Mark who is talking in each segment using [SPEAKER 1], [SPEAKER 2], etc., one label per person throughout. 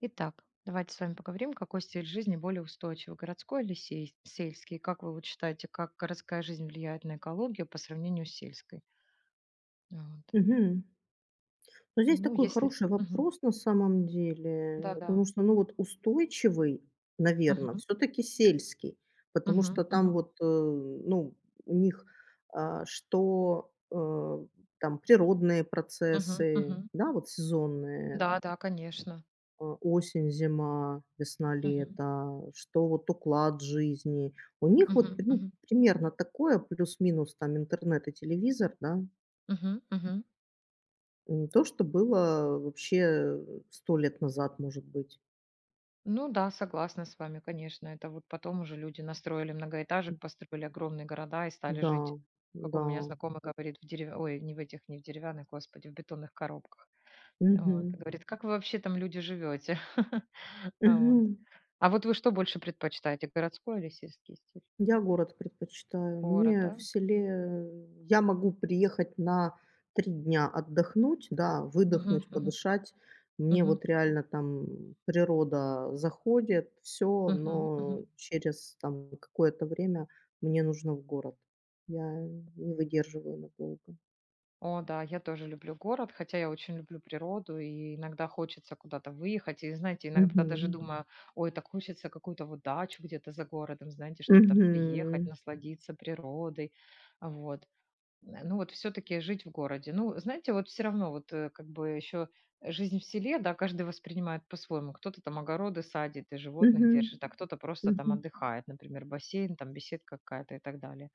[SPEAKER 1] Итак, давайте с вами поговорим, какой стиль жизни более устойчивый, городской или сельский? И как вы вот считаете, как городская жизнь влияет на экологию по сравнению с сельской? Вот.
[SPEAKER 2] Мгм. Но здесь
[SPEAKER 1] Ну,
[SPEAKER 2] такой
[SPEAKER 1] если...
[SPEAKER 2] хороший
[SPEAKER 1] Мгм.
[SPEAKER 2] вопрос на самом
[SPEAKER 1] Да,
[SPEAKER 2] деле,
[SPEAKER 1] да.
[SPEAKER 2] потому что, ну, вот устойчивый, наверное,
[SPEAKER 1] Мгм.
[SPEAKER 2] все таки сельский, потому что
[SPEAKER 1] Мгм.
[SPEAKER 2] там
[SPEAKER 1] Мгм.
[SPEAKER 2] вот, ну, у них, а, что, э, там природные
[SPEAKER 1] Мгм.
[SPEAKER 2] процессы,
[SPEAKER 1] Мгм.
[SPEAKER 2] да, вот сезонные,
[SPEAKER 1] Да, да, конечно.
[SPEAKER 2] осень, зима, весна,
[SPEAKER 1] Мгм.
[SPEAKER 2] лето, что вот уклад жизни. У них вот,
[SPEAKER 1] Мгм.
[SPEAKER 2] ну,
[SPEAKER 1] Мгм.
[SPEAKER 2] примерно такое, плюс-минус там интернет и телевизор, да.
[SPEAKER 1] Мгм. Мгм.
[SPEAKER 2] То, что было вообще 100 лет назад, может быть.
[SPEAKER 1] Ну да, согласна с вами, конечно. Это вот потом уже люди настроили многоэтажек,
[SPEAKER 2] М,
[SPEAKER 1] построили огромные города и стали
[SPEAKER 2] да,
[SPEAKER 1] жить, как у
[SPEAKER 2] да.
[SPEAKER 1] меня знакомый говорит, Ой, не в этих, не в деревянных, господи, в бетонных коробках. Вот, и
[SPEAKER 2] Мгм.
[SPEAKER 1] говорит: "Как вы вообще там, люди, живете?" А
[SPEAKER 2] Мгм.
[SPEAKER 1] вот. А вот вы что больше предпочитаете, городской или сельский стиль?
[SPEAKER 2] Я город предпочитаю.
[SPEAKER 1] Город,
[SPEAKER 2] Мне
[SPEAKER 1] да?
[SPEAKER 2] в селе я могу приехать на 3 дня отдохнуть, да,
[SPEAKER 1] Мгм,
[SPEAKER 2] выдохнуть,
[SPEAKER 1] мгм,
[SPEAKER 2] подышать. Мне
[SPEAKER 1] мгм,
[SPEAKER 2] вот реально там природа заходит, все,
[SPEAKER 1] мгм, мгм.
[SPEAKER 2] но через там какое-то время мне нужно в город. Я не выдерживаю надолго.
[SPEAKER 1] О да, я тоже люблю город, хотя я очень люблю природу, и иногда хочется куда-то выехать. И знаете, иногда даже
[SPEAKER 2] Мгм.
[SPEAKER 1] думаю: "Ой, так хочется какую-то вот дачу где-то за городом, знаете, чтобы там приехать,
[SPEAKER 2] Мгм.
[SPEAKER 1] насладиться природой". Вот. Ну, вот все таки жить в городе. Ну, знаете, вот все равно вот, как бы еще жизнь в селе, да, каждый воспринимает по-своему. Кто-то там огороды садит и животных
[SPEAKER 2] Мгм.
[SPEAKER 1] держит, а кто-то просто там
[SPEAKER 2] Мгм.
[SPEAKER 1] отдыхает, например, бассейн, там беседка какая-то и так далее.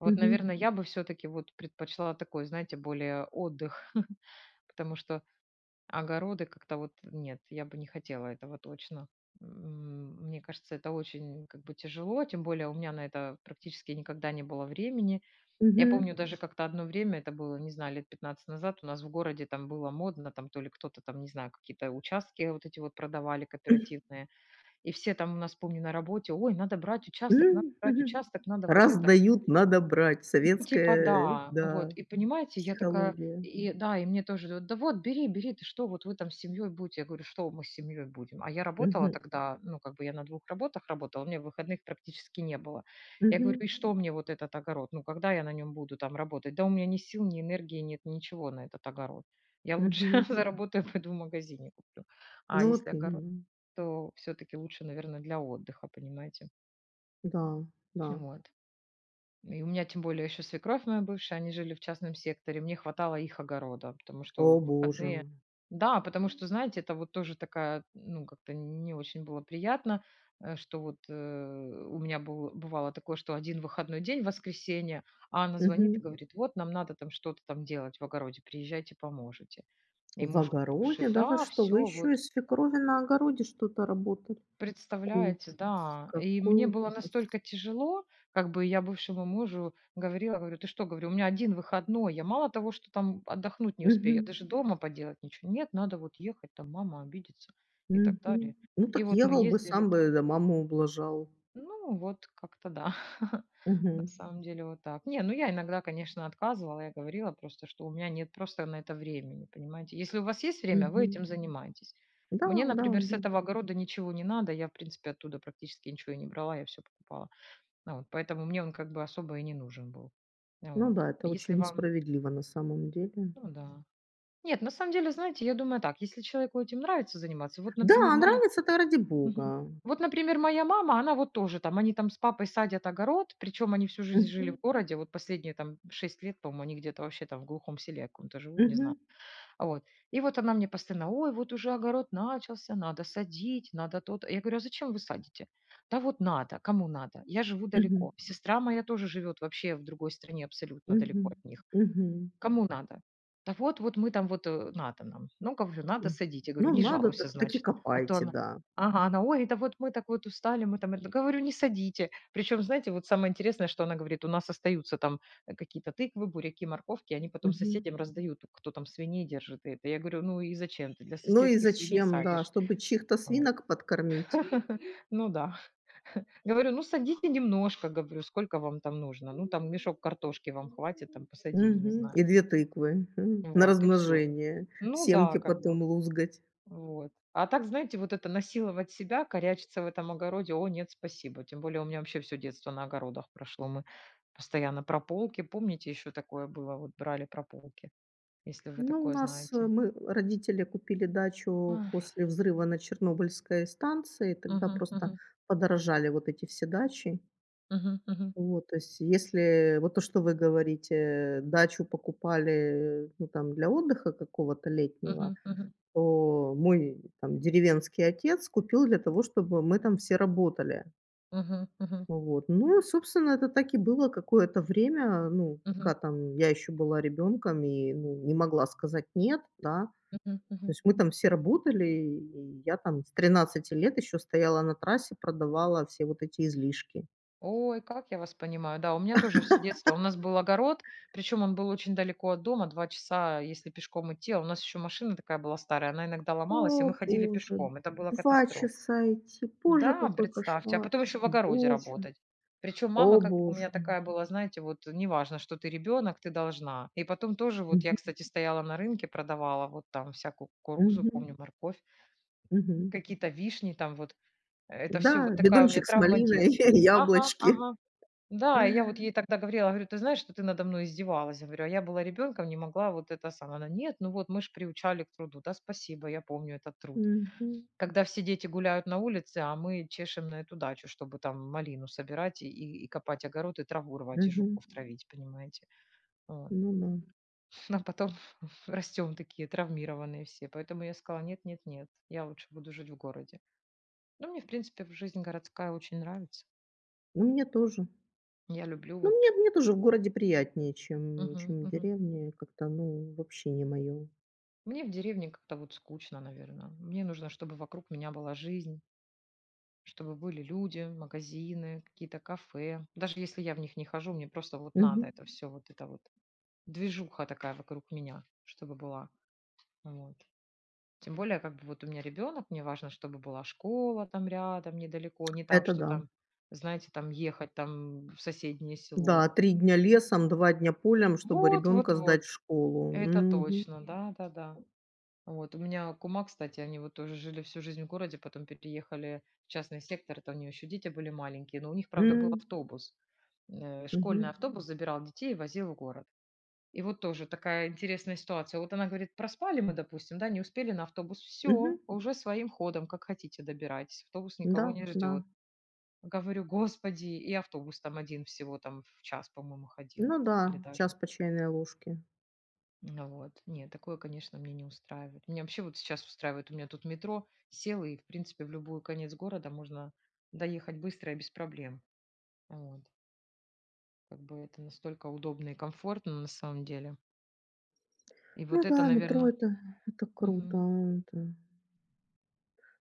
[SPEAKER 1] Вот,
[SPEAKER 2] Мгм.
[SPEAKER 1] наверное, я бы все таки вот предпочла такой, знаете, более отдых, потому что огороды как-то вот нет, я бы не хотела этого точно. Мне кажется, это очень как бы тяжело, тем более у меня на это практически никогда не было времени. Я
[SPEAKER 2] Мгм.
[SPEAKER 1] помню, даже как-то одно время, это было, не знаю, лет 15 назад, у нас в городе там было модно, там то ли кто-то там, не знаю, какие-то участки вот эти вот продавали кооперативные. И все там у нас, помню, на работе, ой, надо брать
[SPEAKER 2] М, мгм.
[SPEAKER 1] участок, надо брать участок, надо вот
[SPEAKER 2] Раз
[SPEAKER 1] это.
[SPEAKER 2] дают, надо брать.
[SPEAKER 1] Ну, типа
[SPEAKER 2] Советская,
[SPEAKER 1] да, вот.
[SPEAKER 2] да,
[SPEAKER 1] И понимаете, я такая,
[SPEAKER 2] психология.
[SPEAKER 1] и да, и мне тоже говорят: "Да вот, бери, бери, ты что, вот вы там с семьей будете". Я говорю: "Что мы с семьей будем?" А я работала
[SPEAKER 2] Мгм.
[SPEAKER 1] тогда, ну, как бы я на двух работах работала, у меня выходных практически не было. Я говорю:
[SPEAKER 2] Мгм.
[SPEAKER 1] "И что мне вот этот огород? Ну, когда я на нем буду там работать? Да у меня ни сил, ни энергии нет, ничего на этот огород. Я лучше
[SPEAKER 2] Мгм.
[SPEAKER 1] заработаю, пойду в магазине куплю". А
[SPEAKER 2] Ну,
[SPEAKER 1] если
[SPEAKER 2] вот
[SPEAKER 1] огород,
[SPEAKER 2] именно.
[SPEAKER 1] то все-таки лучше, наверное, для отдыха, понимаете?
[SPEAKER 2] Да, да.
[SPEAKER 1] Вот. И у меня тем более еще свекровь моя бывшая, они жили в частном секторе, мне хватало их огорода, потому что
[SPEAKER 2] О
[SPEAKER 1] в
[SPEAKER 2] боже.
[SPEAKER 1] выходные Да, потому что, знаете, это вот тоже такая, ну, как-то не очень было приятно, что вот у меня был, бывало такое, что один выходной день, воскресенье, а она звонит
[SPEAKER 2] Мгм.
[SPEAKER 1] и говорит, вот, нам надо там что-то там делать в огороде, приезжайте, поможете. И
[SPEAKER 2] В
[SPEAKER 1] муж бывший,
[SPEAKER 2] огороде? Да вы
[SPEAKER 1] да,
[SPEAKER 2] что? Вы
[SPEAKER 1] все,
[SPEAKER 2] еще
[SPEAKER 1] вот
[SPEAKER 2] и свекрови на огороде что-то работали? Какой
[SPEAKER 1] представляете,
[SPEAKER 2] ужас,
[SPEAKER 1] да. И
[SPEAKER 2] какой
[SPEAKER 1] мне было
[SPEAKER 2] ужас.
[SPEAKER 1] настолько тяжело, как бы я бывшему мужу говорила, говорю: "Ты что?" Говорю: "У меня один выходной, я мало того, что там отдохнуть не успею, я
[SPEAKER 2] Мгм.
[SPEAKER 1] даже дома поделать ничего". "Нет, надо вот ехать, там мама обидится", и так
[SPEAKER 2] Мгм.
[SPEAKER 1] далее.
[SPEAKER 2] Ну,
[SPEAKER 1] И
[SPEAKER 2] так
[SPEAKER 1] вот мы
[SPEAKER 2] ехал бы,
[SPEAKER 1] ездили
[SPEAKER 2] сам бы,
[SPEAKER 1] там.
[SPEAKER 2] да маму ублажал.
[SPEAKER 1] Ну, вот как-то да. На
[SPEAKER 2] Мгм.
[SPEAKER 1] самом деле вот так. Не, ну я иногда, конечно, отказывала. Я говорила просто, что у меня нет просто на это времени, понимаете. Если у вас есть время, вы
[SPEAKER 2] Мгм.
[SPEAKER 1] этим занимаетесь.
[SPEAKER 2] Да,
[SPEAKER 1] Мне,
[SPEAKER 2] да,
[SPEAKER 1] например, с
[SPEAKER 2] да.
[SPEAKER 1] этого огорода ничего не надо. Я, в принципе, оттуда практически ничего и не брала, я все покупала. Ну вот, поэтому мне он как бы особо и не нужен был.
[SPEAKER 2] Ну
[SPEAKER 1] Вот.
[SPEAKER 2] да, это
[SPEAKER 1] А если
[SPEAKER 2] очень
[SPEAKER 1] вам...
[SPEAKER 2] несправедливо на самом деле.
[SPEAKER 1] Ну да. Нет, на самом деле, знаете, я думаю так, если человеку этим нравится заниматься, вот, например,
[SPEAKER 2] Да,
[SPEAKER 1] моя
[SPEAKER 2] нравится- это ради
[SPEAKER 1] Мгм.
[SPEAKER 2] бога.
[SPEAKER 1] Вот, например, моя мама, она вот тоже там, они там с папой садят огород, причем они всю жизнь жили
[SPEAKER 2] Мгм,
[SPEAKER 1] в городе, вот последние там 6 лет, по-моему, они где-то вообще там в глухом селе каком-то живут, не знаю.
[SPEAKER 2] мгм,
[SPEAKER 1] А вот. И вот она мне постоянно, ой, вот уже огород начался, надо садить, надо то я говорю, а зачем вы садите? Да вот надо, кому надо, я живу
[SPEAKER 2] мгм,
[SPEAKER 1] далеко. Сестра моя тоже живет вообще в другой стране, абсолютно
[SPEAKER 2] мгм,
[SPEAKER 1] далеко от них.
[SPEAKER 2] мгм,
[SPEAKER 1] Кому надо? Да вот, вот мы там вот, надо нам. Ну, говорю, надо,
[SPEAKER 2] м.
[SPEAKER 1] садить. Я
[SPEAKER 2] Ну,
[SPEAKER 1] говорю, не
[SPEAKER 2] надо,
[SPEAKER 1] жалуйся,
[SPEAKER 2] так и
[SPEAKER 1] значит. А то
[SPEAKER 2] копайте,
[SPEAKER 1] она,
[SPEAKER 2] да.
[SPEAKER 1] ага, она, ой, да вот мы так вот устали, мы там, это». Говорю, не садите. Причем, знаете, вот самое интересное, что она говорит, у нас остаются там какие-то тыквы, буряки, морковки, они потом
[SPEAKER 2] Мгм.
[SPEAKER 1] соседям раздают, кто там свиней держит и это. Я говорю, ну и зачем ты для
[SPEAKER 2] Ну и
[SPEAKER 1] соседских свиней
[SPEAKER 2] зачем, да,
[SPEAKER 1] садишь?
[SPEAKER 2] чтобы чьих-то
[SPEAKER 1] Вот.
[SPEAKER 2] свинок подкормить.
[SPEAKER 1] Ну да. Говорю, ну садите немножко, говорю, сколько вам там нужно. Ну там мешок картошки вам хватит, там посадили, не
[SPEAKER 2] Мгм.
[SPEAKER 1] знаю.
[SPEAKER 2] И 2 тыквы, на
[SPEAKER 1] Вот, и все.
[SPEAKER 2] размножение,
[SPEAKER 1] Ну да,
[SPEAKER 2] семки
[SPEAKER 1] как бы,
[SPEAKER 2] потом лузгать.
[SPEAKER 1] вот. А так, знаете, вот это насиловать себя, корячиться в этом огороде, о, нет, спасибо. Тем более у меня вообще все детство на огородах прошло. Мы постоянно прополки. Помните, еще такое было, вот брали прополки, если вы
[SPEAKER 2] Ну, у
[SPEAKER 1] такое
[SPEAKER 2] нас,
[SPEAKER 1] знаете.
[SPEAKER 2] мы, родители купили дачу
[SPEAKER 1] Ой,
[SPEAKER 2] после взрыва на Чернобыльской станции, тогда
[SPEAKER 1] мгм,
[SPEAKER 2] просто
[SPEAKER 1] мгм,
[SPEAKER 2] подорожали вот эти все дачи.
[SPEAKER 1] мгм, мгм,
[SPEAKER 2] Вот, то есть если вот то, что вы говорите, дачу покупали, ну, там для отдыха какого-то летнего,
[SPEAKER 1] мгм, мгм,
[SPEAKER 2] то мой там деревенский отец купил для того, чтобы мы там все работали.
[SPEAKER 1] мгм,
[SPEAKER 2] Вот. Ну, собственно, это так и было какое-то время, ну, пока
[SPEAKER 1] мгм,
[SPEAKER 2] там я еще была ребенком и, ну, не могла сказать нет, да.
[SPEAKER 1] мгм,
[SPEAKER 2] То
[SPEAKER 1] мгм.
[SPEAKER 2] есть мы там все работали, и я там с 13 лет еще стояла на трассе, продавала все вот эти излишки.
[SPEAKER 1] Ой, как я вас понимаю. Да, у меня тоже все детство. У нас был огород, причем он был очень далеко от дома, 2 часа, если пешком идти. А у нас еще машина такая была старая, она иногда ломалась, и
[SPEAKER 2] О,
[SPEAKER 1] мы ходили
[SPEAKER 2] боже,
[SPEAKER 1] пешком. Это была
[SPEAKER 2] 2
[SPEAKER 1] катастрофа.
[SPEAKER 2] часа идти. Боже,
[SPEAKER 1] Да,
[SPEAKER 2] какой
[SPEAKER 1] представьте. А
[SPEAKER 2] кошмар.
[SPEAKER 1] потом еще в огороде
[SPEAKER 2] Боже,
[SPEAKER 1] работать. Причем мама
[SPEAKER 2] о
[SPEAKER 1] как бы у
[SPEAKER 2] боже.
[SPEAKER 1] меня такая была, знаете, вот неважно, что ты ребенок, ты должна. И потом тоже вот
[SPEAKER 2] Мгм,
[SPEAKER 1] я, кстати, стояла на рынке, продавала вот там всякую кукурузу,
[SPEAKER 2] мгм,
[SPEAKER 1] помню, морковь,
[SPEAKER 2] мгм.
[SPEAKER 1] какие-то вишни там вот. Это все
[SPEAKER 2] Да,
[SPEAKER 1] вот такая у меня
[SPEAKER 2] бидончик с
[SPEAKER 1] травма
[SPEAKER 2] малиной,
[SPEAKER 1] детства. Ага,
[SPEAKER 2] яблочки.
[SPEAKER 1] ага. Да, и я вот ей тогда говорила, говорю, ты знаешь, что ты надо мной издевалась, говорю, а я была ребенком, не могла вот это самое. Она, нет, ну вот мы же приучали к труду, да, спасибо, я помню этот труд.
[SPEAKER 2] Мгм,
[SPEAKER 1] Когда все дети гуляют на улице, а мы чешем на эту дачу, чтобы там малину собирать и копать огород, и траву рвать, и
[SPEAKER 2] мгм.
[SPEAKER 1] жуков травить, понимаете. Вот.
[SPEAKER 2] Ну да.
[SPEAKER 1] А потом растем такие травмированные все. Поэтому я сказала, нет, нет, нет, я лучше буду жить в городе. Ну, мне, в принципе, жизнь городская очень нравится.
[SPEAKER 2] Ну, мне тоже.
[SPEAKER 1] Я люблю
[SPEAKER 2] Ну, мне
[SPEAKER 1] вот.
[SPEAKER 2] мне тоже в городе приятнее, чем
[SPEAKER 1] Мгм,
[SPEAKER 2] чем в
[SPEAKER 1] мгм.
[SPEAKER 2] деревне. Как-то, ну, вообще не мое.
[SPEAKER 1] Мне в деревне как-то вот скучно, наверное. Мне нужно, чтобы вокруг меня была жизнь, чтобы были люди, магазины, какие-то кафе. Даже если я в них не хожу, мне просто вот надо это все, вот это вот движуха такая вокруг меня, чтобы была. Вот. Тем более, как бы вот у меня ребенок, мне важно, чтобы была школа там рядом, недалеко, не так,
[SPEAKER 2] Это
[SPEAKER 1] что
[SPEAKER 2] да.
[SPEAKER 1] там, знаете, там ехать там в соседнее село.
[SPEAKER 2] Да, 3 дня лесом, 2 дня полем, чтобы
[SPEAKER 1] Вот, вот,
[SPEAKER 2] ребенка
[SPEAKER 1] вот.
[SPEAKER 2] сдать в школу.
[SPEAKER 1] Это
[SPEAKER 2] Мгм.
[SPEAKER 1] точно, да, да, да. Вот. У меня кума, кстати, они вот тоже жили всю жизнь в городе, потом переехали в частный сектор, это у нее еще дети были маленькие, но у них, правда, был
[SPEAKER 2] М.
[SPEAKER 1] автобус. Школьный
[SPEAKER 2] Мгм.
[SPEAKER 1] автобус забирал детей и возил в город. И вот тоже такая интересная ситуация. Вот она говорит, проспали мы, допустим, да, не успели на автобус, все,
[SPEAKER 2] Мгм.
[SPEAKER 1] уже своим ходом, как хотите, добирайтесь, автобус
[SPEAKER 2] Да,
[SPEAKER 1] никого не
[SPEAKER 2] да.
[SPEAKER 1] ждет. Говорю, господи, и автобус там один всего там в час, по-моему, ходил,
[SPEAKER 2] Ну да,
[SPEAKER 1] или даже.
[SPEAKER 2] час по чайной ложке.
[SPEAKER 1] Ну вот. Нет, такое, конечно, мне не устраивает. Меня вообще вот сейчас устраивает. У меня тут метро села, и, в принципе, в любой конец города можно доехать быстро и без проблем. Вот. Как бы это настолько удобно и комфортно на самом деле. И
[SPEAKER 2] Ну
[SPEAKER 1] вот это, ну
[SPEAKER 2] да,
[SPEAKER 1] да,
[SPEAKER 2] метро-
[SPEAKER 1] наверное...
[SPEAKER 2] это круто. Это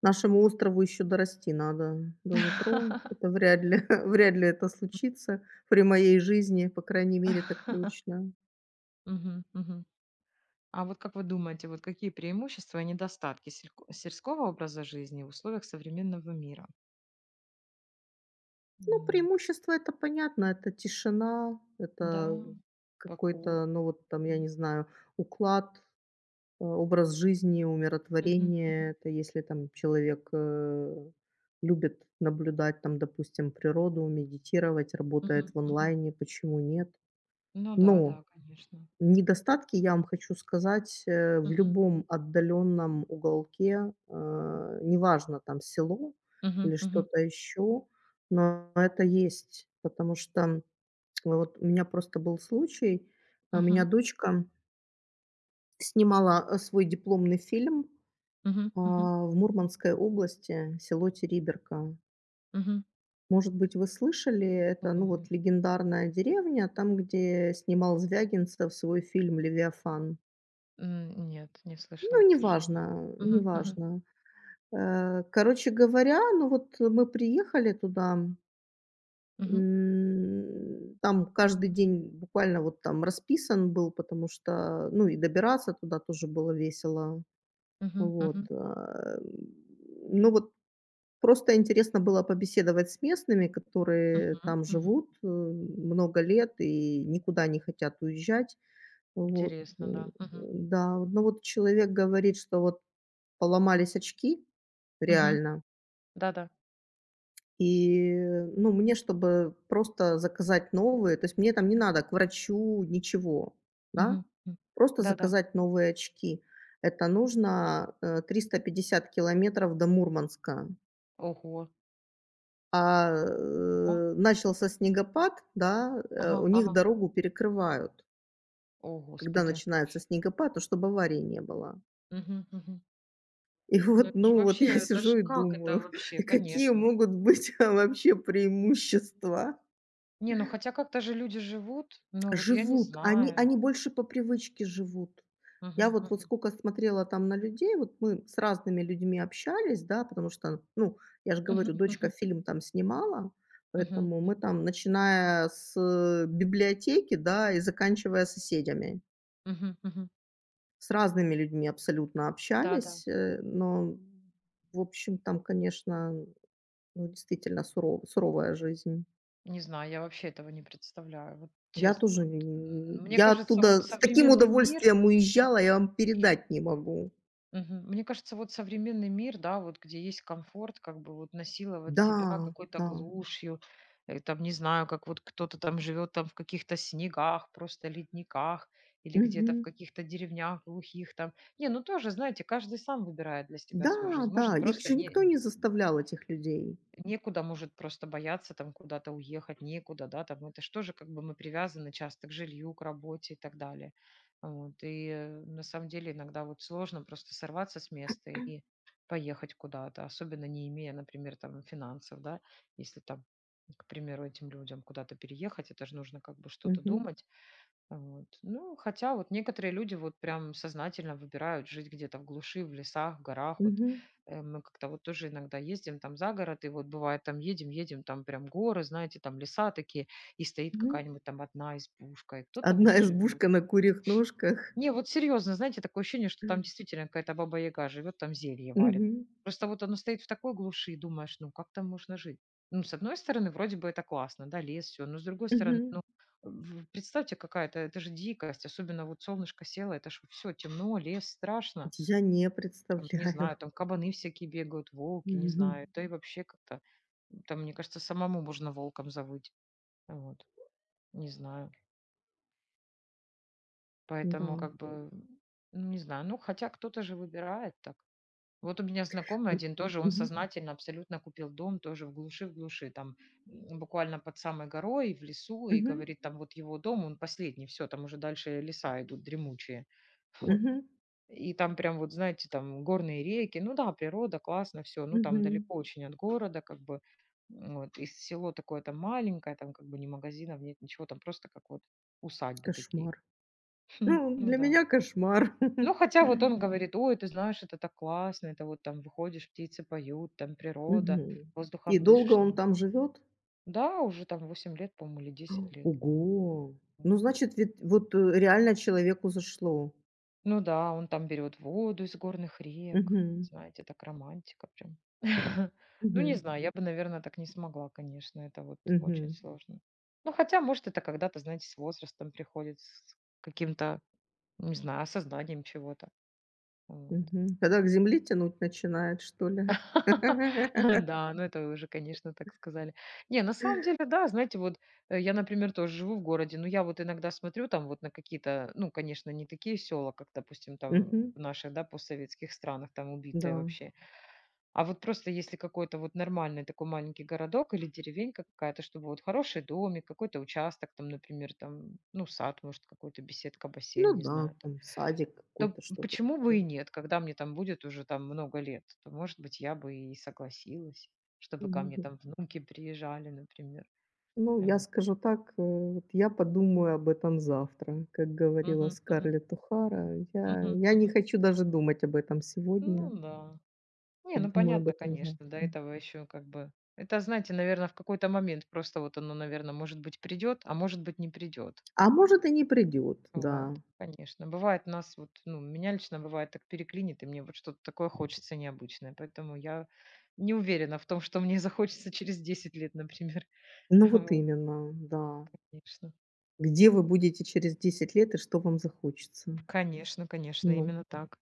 [SPEAKER 2] нашему острову еще дорасти надо до метро. Это вряд ли вряд ли это случится при моей жизни, по крайней мере, так точно.
[SPEAKER 1] Мгм, мгм. А вот как вы думаете, вот какие преимущества и недостатки сельского образа жизни в условиях современного мира?
[SPEAKER 2] Ну,
[SPEAKER 1] М,
[SPEAKER 2] преимущество- это понятно, это тишина,
[SPEAKER 1] да,
[SPEAKER 2] это
[SPEAKER 1] покой.
[SPEAKER 2] какой-то, ну, вот там, я
[SPEAKER 1] Мгм,
[SPEAKER 2] не знаю, уклад, образ жизни,
[SPEAKER 1] мгм,
[SPEAKER 2] умиротворение. Это если там человек любит наблюдать там, допустим, природу, медитировать, работает
[SPEAKER 1] мгм,
[SPEAKER 2] в
[SPEAKER 1] мгм.
[SPEAKER 2] онлайне, почему нет?
[SPEAKER 1] Ну да,
[SPEAKER 2] Но
[SPEAKER 1] да, конечно.
[SPEAKER 2] недостатки, я вам хочу сказать, в
[SPEAKER 1] Мгм.
[SPEAKER 2] любом отдаленном уголке, неважно там село
[SPEAKER 1] Мгм.
[SPEAKER 2] или
[SPEAKER 1] Мгм.
[SPEAKER 2] что-то еще, но это есть, потому что ну, вот у меня просто был случай, а у меня
[SPEAKER 1] Мгм.
[SPEAKER 2] дочка снимала свой дипломный фильм,
[SPEAKER 1] Мгм. Мгм.
[SPEAKER 2] а, в Мурманской области, село Териберка.
[SPEAKER 1] Мгм.
[SPEAKER 2] Может быть, вы слышали, это, ну, вот
[SPEAKER 1] М.
[SPEAKER 2] легендарная деревня, там, где снимал Звягинцев свой фильм "Левиафан".
[SPEAKER 1] М, нет, не
[SPEAKER 2] Ну,
[SPEAKER 1] слышала, к
[SPEAKER 2] неважно,
[SPEAKER 1] сожалению. Мгм. Мгм.
[SPEAKER 2] неважно. Короче говоря, ну, вот мы приехали туда,
[SPEAKER 1] Мгм.
[SPEAKER 2] там каждый день буквально вот там расписан был, потому что, ну, и добираться туда тоже было весело.
[SPEAKER 1] Мгм.
[SPEAKER 2] Вот,
[SPEAKER 1] Мгм.
[SPEAKER 2] ну, вот просто интересно было побеседовать с местными, которые
[SPEAKER 1] Мгм.
[SPEAKER 2] там
[SPEAKER 1] Мгм.
[SPEAKER 2] живут, много лет и никуда не хотят уезжать. Вот,
[SPEAKER 1] Интересно, да. Мгм.
[SPEAKER 2] да, ну вот человек говорит, что вот поломались очки,
[SPEAKER 1] Мгм.
[SPEAKER 2] реально.
[SPEAKER 1] Да-да.
[SPEAKER 2] И, ну, мне, чтобы просто заказать новые, то есть мне там не надо к врачу ничего, да,
[SPEAKER 1] Мгм. М.
[SPEAKER 2] просто
[SPEAKER 1] Да-да.
[SPEAKER 2] заказать новые очки. Это нужно 350 километров до Мурманска.
[SPEAKER 1] Ого.
[SPEAKER 2] А,
[SPEAKER 1] О.
[SPEAKER 2] начался снегопад, да, у
[SPEAKER 1] Ага,
[SPEAKER 2] них
[SPEAKER 1] ага.
[SPEAKER 2] дорогу перекрывают,
[SPEAKER 1] О,
[SPEAKER 2] когда
[SPEAKER 1] господи.
[SPEAKER 2] начинается снегопад, ну, чтобы аварии не было.
[SPEAKER 1] Мгм. Мгм.
[SPEAKER 2] И
[SPEAKER 1] Ну
[SPEAKER 2] вот,
[SPEAKER 1] это же
[SPEAKER 2] ну, вот
[SPEAKER 1] вообще,
[SPEAKER 2] я
[SPEAKER 1] это
[SPEAKER 2] сижу
[SPEAKER 1] ж
[SPEAKER 2] и
[SPEAKER 1] как это
[SPEAKER 2] думаю,
[SPEAKER 1] вообще?
[SPEAKER 2] какие
[SPEAKER 1] Конечно.
[SPEAKER 2] могут быть вообще преимущества.
[SPEAKER 1] Не, ну хотя как-то же люди живут, но вот я не
[SPEAKER 2] Живут, они
[SPEAKER 1] знаю.
[SPEAKER 2] они больше по привычке живут. Я
[SPEAKER 1] Мгм.
[SPEAKER 2] вот
[SPEAKER 1] Мгм.
[SPEAKER 2] сколько смотрела там на людей, вот мы с разными людьми общались, да, потому что, ну, я же
[SPEAKER 1] Мгм.
[SPEAKER 2] говорю, дочка
[SPEAKER 1] Мгм.
[SPEAKER 2] фильм там снимала,
[SPEAKER 1] Мгм.
[SPEAKER 2] поэтому мы там, начиная с, библиотеки, да, и заканчивая соседями,
[SPEAKER 1] Мгм, мгм.
[SPEAKER 2] с разными людьми абсолютно
[SPEAKER 1] Да-да.
[SPEAKER 2] общались, но, в общем, там, конечно, ну, действительно суровая жизнь.
[SPEAKER 1] Не знаю, я вообще этого не представляю. Вот
[SPEAKER 2] Я
[SPEAKER 1] честно,
[SPEAKER 2] тоже,
[SPEAKER 1] вот, мне
[SPEAKER 2] я
[SPEAKER 1] кажется, вот
[SPEAKER 2] оттуда с таким
[SPEAKER 1] современный мир
[SPEAKER 2] удовольствием уезжала, я вам передать не могу.
[SPEAKER 1] мгм, мне кажется, вот современный мир, да, вот где есть комфорт, как бы вот насиловать
[SPEAKER 2] Да,
[SPEAKER 1] себя какой-то
[SPEAKER 2] да,
[SPEAKER 1] глушью, там, не знаю, как вот кто-то там живет там в каких-то снегах, просто ледниках или где-то в
[SPEAKER 2] мгм.
[SPEAKER 1] каких-то деревнях глухих там. Не, ну тоже, знаете, каждый сам выбирает для себя свою
[SPEAKER 2] Да,
[SPEAKER 1] жизнь.
[SPEAKER 2] да,
[SPEAKER 1] Может,
[SPEAKER 2] их
[SPEAKER 1] просто
[SPEAKER 2] же никто
[SPEAKER 1] не
[SPEAKER 2] не заставлял, этих людей.
[SPEAKER 1] некуда, может, просто бояться там куда-то уехать, некуда, да, там это что же, тоже как бы мы привязаны часто к жилью, к работе и так далее. Вот. И на самом деле иногда вот сложно просто сорваться с места и поехать куда-то, особенно не имея, например, там финансов, да, если там, к примеру, этим людям куда-то переехать, это же нужно как бы что-то
[SPEAKER 2] Мгм,
[SPEAKER 1] думать, вот. Ну, хотя вот некоторые люди вот прям сознательно выбирают жить где-то в глуши, в лесах, в горах. Вот
[SPEAKER 2] мгм,
[SPEAKER 1] мы как-то вот тоже иногда ездим там за город, и вот бывает там едем, едем, там прям горы, знаете, там леса такие, и стоит
[SPEAKER 2] мгм.
[SPEAKER 1] какая-нибудь там одна избушка, и кто-то в
[SPEAKER 2] Одна
[SPEAKER 1] ней живет.
[SPEAKER 2] избушка на курьих ножках.
[SPEAKER 1] Не, вот серьезно, знаете, такое ощущение, что там действительно какая-то баба Яга живет, там зелье варит.
[SPEAKER 2] Мгм,
[SPEAKER 1] Просто вот оно стоит в такой глуши, и думаешь, ну как там можно жить? Ну, с одной стороны, вроде бы это классно, да, лес, все, но с другой стороны,
[SPEAKER 2] мгм.
[SPEAKER 1] ну, представьте, какая-то, это же дикость, особенно вот солнышко село, это же все темно, лес страшно,
[SPEAKER 2] Я не
[SPEAKER 1] там, не
[SPEAKER 2] представляю.
[SPEAKER 1] знаю, там кабаны всякие бегают, волки, не
[SPEAKER 2] Мгм.
[SPEAKER 1] знаю, да и вообще как-то, там, мне кажется, самому можно волком завыть, вот, не знаю. Поэтому
[SPEAKER 2] Да.
[SPEAKER 1] как бы, ну, не знаю, ну, хотя кто-то же выбирает так. Вот у меня знакомый
[SPEAKER 2] М,
[SPEAKER 1] один тоже, он
[SPEAKER 2] мгм,
[SPEAKER 1] сознательно абсолютно купил дом тоже в глуши, там буквально под самой горой, в лесу, и
[SPEAKER 2] мгм,
[SPEAKER 1] говорит, там вот его дом, он последний, все, там уже дальше леса идут дремучие.
[SPEAKER 2] мгм,
[SPEAKER 1] И там прям вот, знаете, там горные реки, ну да, природа, классно, все, ну там
[SPEAKER 2] мгм.
[SPEAKER 1] далеко очень от города, как бы, вот, и село такое там маленькое, там как бы ни магазинов нет, ничего, там просто как вот усадьбы такие.
[SPEAKER 2] Кошмар. Ну,
[SPEAKER 1] Ну
[SPEAKER 2] для
[SPEAKER 1] да.
[SPEAKER 2] меня кошмар.
[SPEAKER 1] Ну, хотя вот он говорит: "Ой, ты знаешь, это так классно, это вот там выходишь, птицы поют, там природа,
[SPEAKER 2] Мгм. И
[SPEAKER 1] воздухом
[SPEAKER 2] долго
[SPEAKER 1] дышишь".
[SPEAKER 2] он
[SPEAKER 1] Ну
[SPEAKER 2] там живет?
[SPEAKER 1] да, уже там 8 лет, по-моему, или 10 лет.
[SPEAKER 2] Ого! Ну,
[SPEAKER 1] М.
[SPEAKER 2] значит, вет вот, э, реально человеку зашло.
[SPEAKER 1] Ну да, он там берет воду из горных рек.
[SPEAKER 2] Мгм.
[SPEAKER 1] Знаете, так романтика прям. Ну, не
[SPEAKER 2] Мгм.
[SPEAKER 1] знаю, я бы, наверное, так не смогла, конечно, это вот очень
[SPEAKER 2] Мгм.
[SPEAKER 1] сложно. Ну, хотя, может, это когда-то, знаете, с возрастом приходит, с каким-то, не знаю, осознанием чего-то. Вот.
[SPEAKER 2] Мгм. Когда к земле тянуть начинает, что ли?
[SPEAKER 1] Да, ну это вы уже, конечно, так сказали. Не, на самом деле, да, знаете, вот я, например, тоже живу в городе, но я вот иногда смотрю там вот на какие-то, ну, конечно, не такие села, как, допустим, там
[SPEAKER 2] Мгм.
[SPEAKER 1] в наших, да, постсоветских странах, там убитые
[SPEAKER 2] Да.
[SPEAKER 1] вообще. А вот просто если какой-то вот нормальный такой маленький городок или деревенька какая-то, чтобы вот хороший домик, какой-то участок там, например, там, ну, сад, может, какой-то беседка,
[SPEAKER 2] Ну
[SPEAKER 1] бассейн, не
[SPEAKER 2] да,
[SPEAKER 1] знаю, там.
[SPEAKER 2] там садик
[SPEAKER 1] То
[SPEAKER 2] какой-то, что-то
[SPEAKER 1] почему бы и
[SPEAKER 2] такое.
[SPEAKER 1] нет? Когда мне там будет уже там много лет, то, может быть, я бы и согласилась, чтобы ко мне
[SPEAKER 2] Мгм.
[SPEAKER 1] там внуки приезжали, например.
[SPEAKER 2] Ну, я
[SPEAKER 1] Вот.
[SPEAKER 2] скажу так, вот я подумаю об этом завтра, как говорила
[SPEAKER 1] Мгм, мгм,
[SPEAKER 2] Скарлетт Ухара. Я
[SPEAKER 1] мгм,
[SPEAKER 2] я не
[SPEAKER 1] мгм.
[SPEAKER 2] хочу даже думать об этом
[SPEAKER 1] Ну
[SPEAKER 2] сегодня,
[SPEAKER 1] да. Не, ну
[SPEAKER 2] подумаю об
[SPEAKER 1] понятно,
[SPEAKER 2] этом
[SPEAKER 1] конечно, до
[SPEAKER 2] завтра.
[SPEAKER 1] этого еще как бы. Это, знаете, наверное, в какой-то момент просто вот оно, наверное, может быть, придет, а может быть, не придет.
[SPEAKER 2] А может, и не придет,
[SPEAKER 1] Вот,
[SPEAKER 2] да.
[SPEAKER 1] конечно. Бывает у нас вот, ну, меня лично бывает так переклинит, и мне вот что-то такое хочется необычное. Поэтому я не уверена в том, что мне захочется через 10 лет, например.
[SPEAKER 2] Ну вот
[SPEAKER 1] Вот,
[SPEAKER 2] именно, да.
[SPEAKER 1] конечно.
[SPEAKER 2] Где вы будете через 10 лет и что вам захочется?
[SPEAKER 1] Конечно, конечно,
[SPEAKER 2] Ну,
[SPEAKER 1] именно так.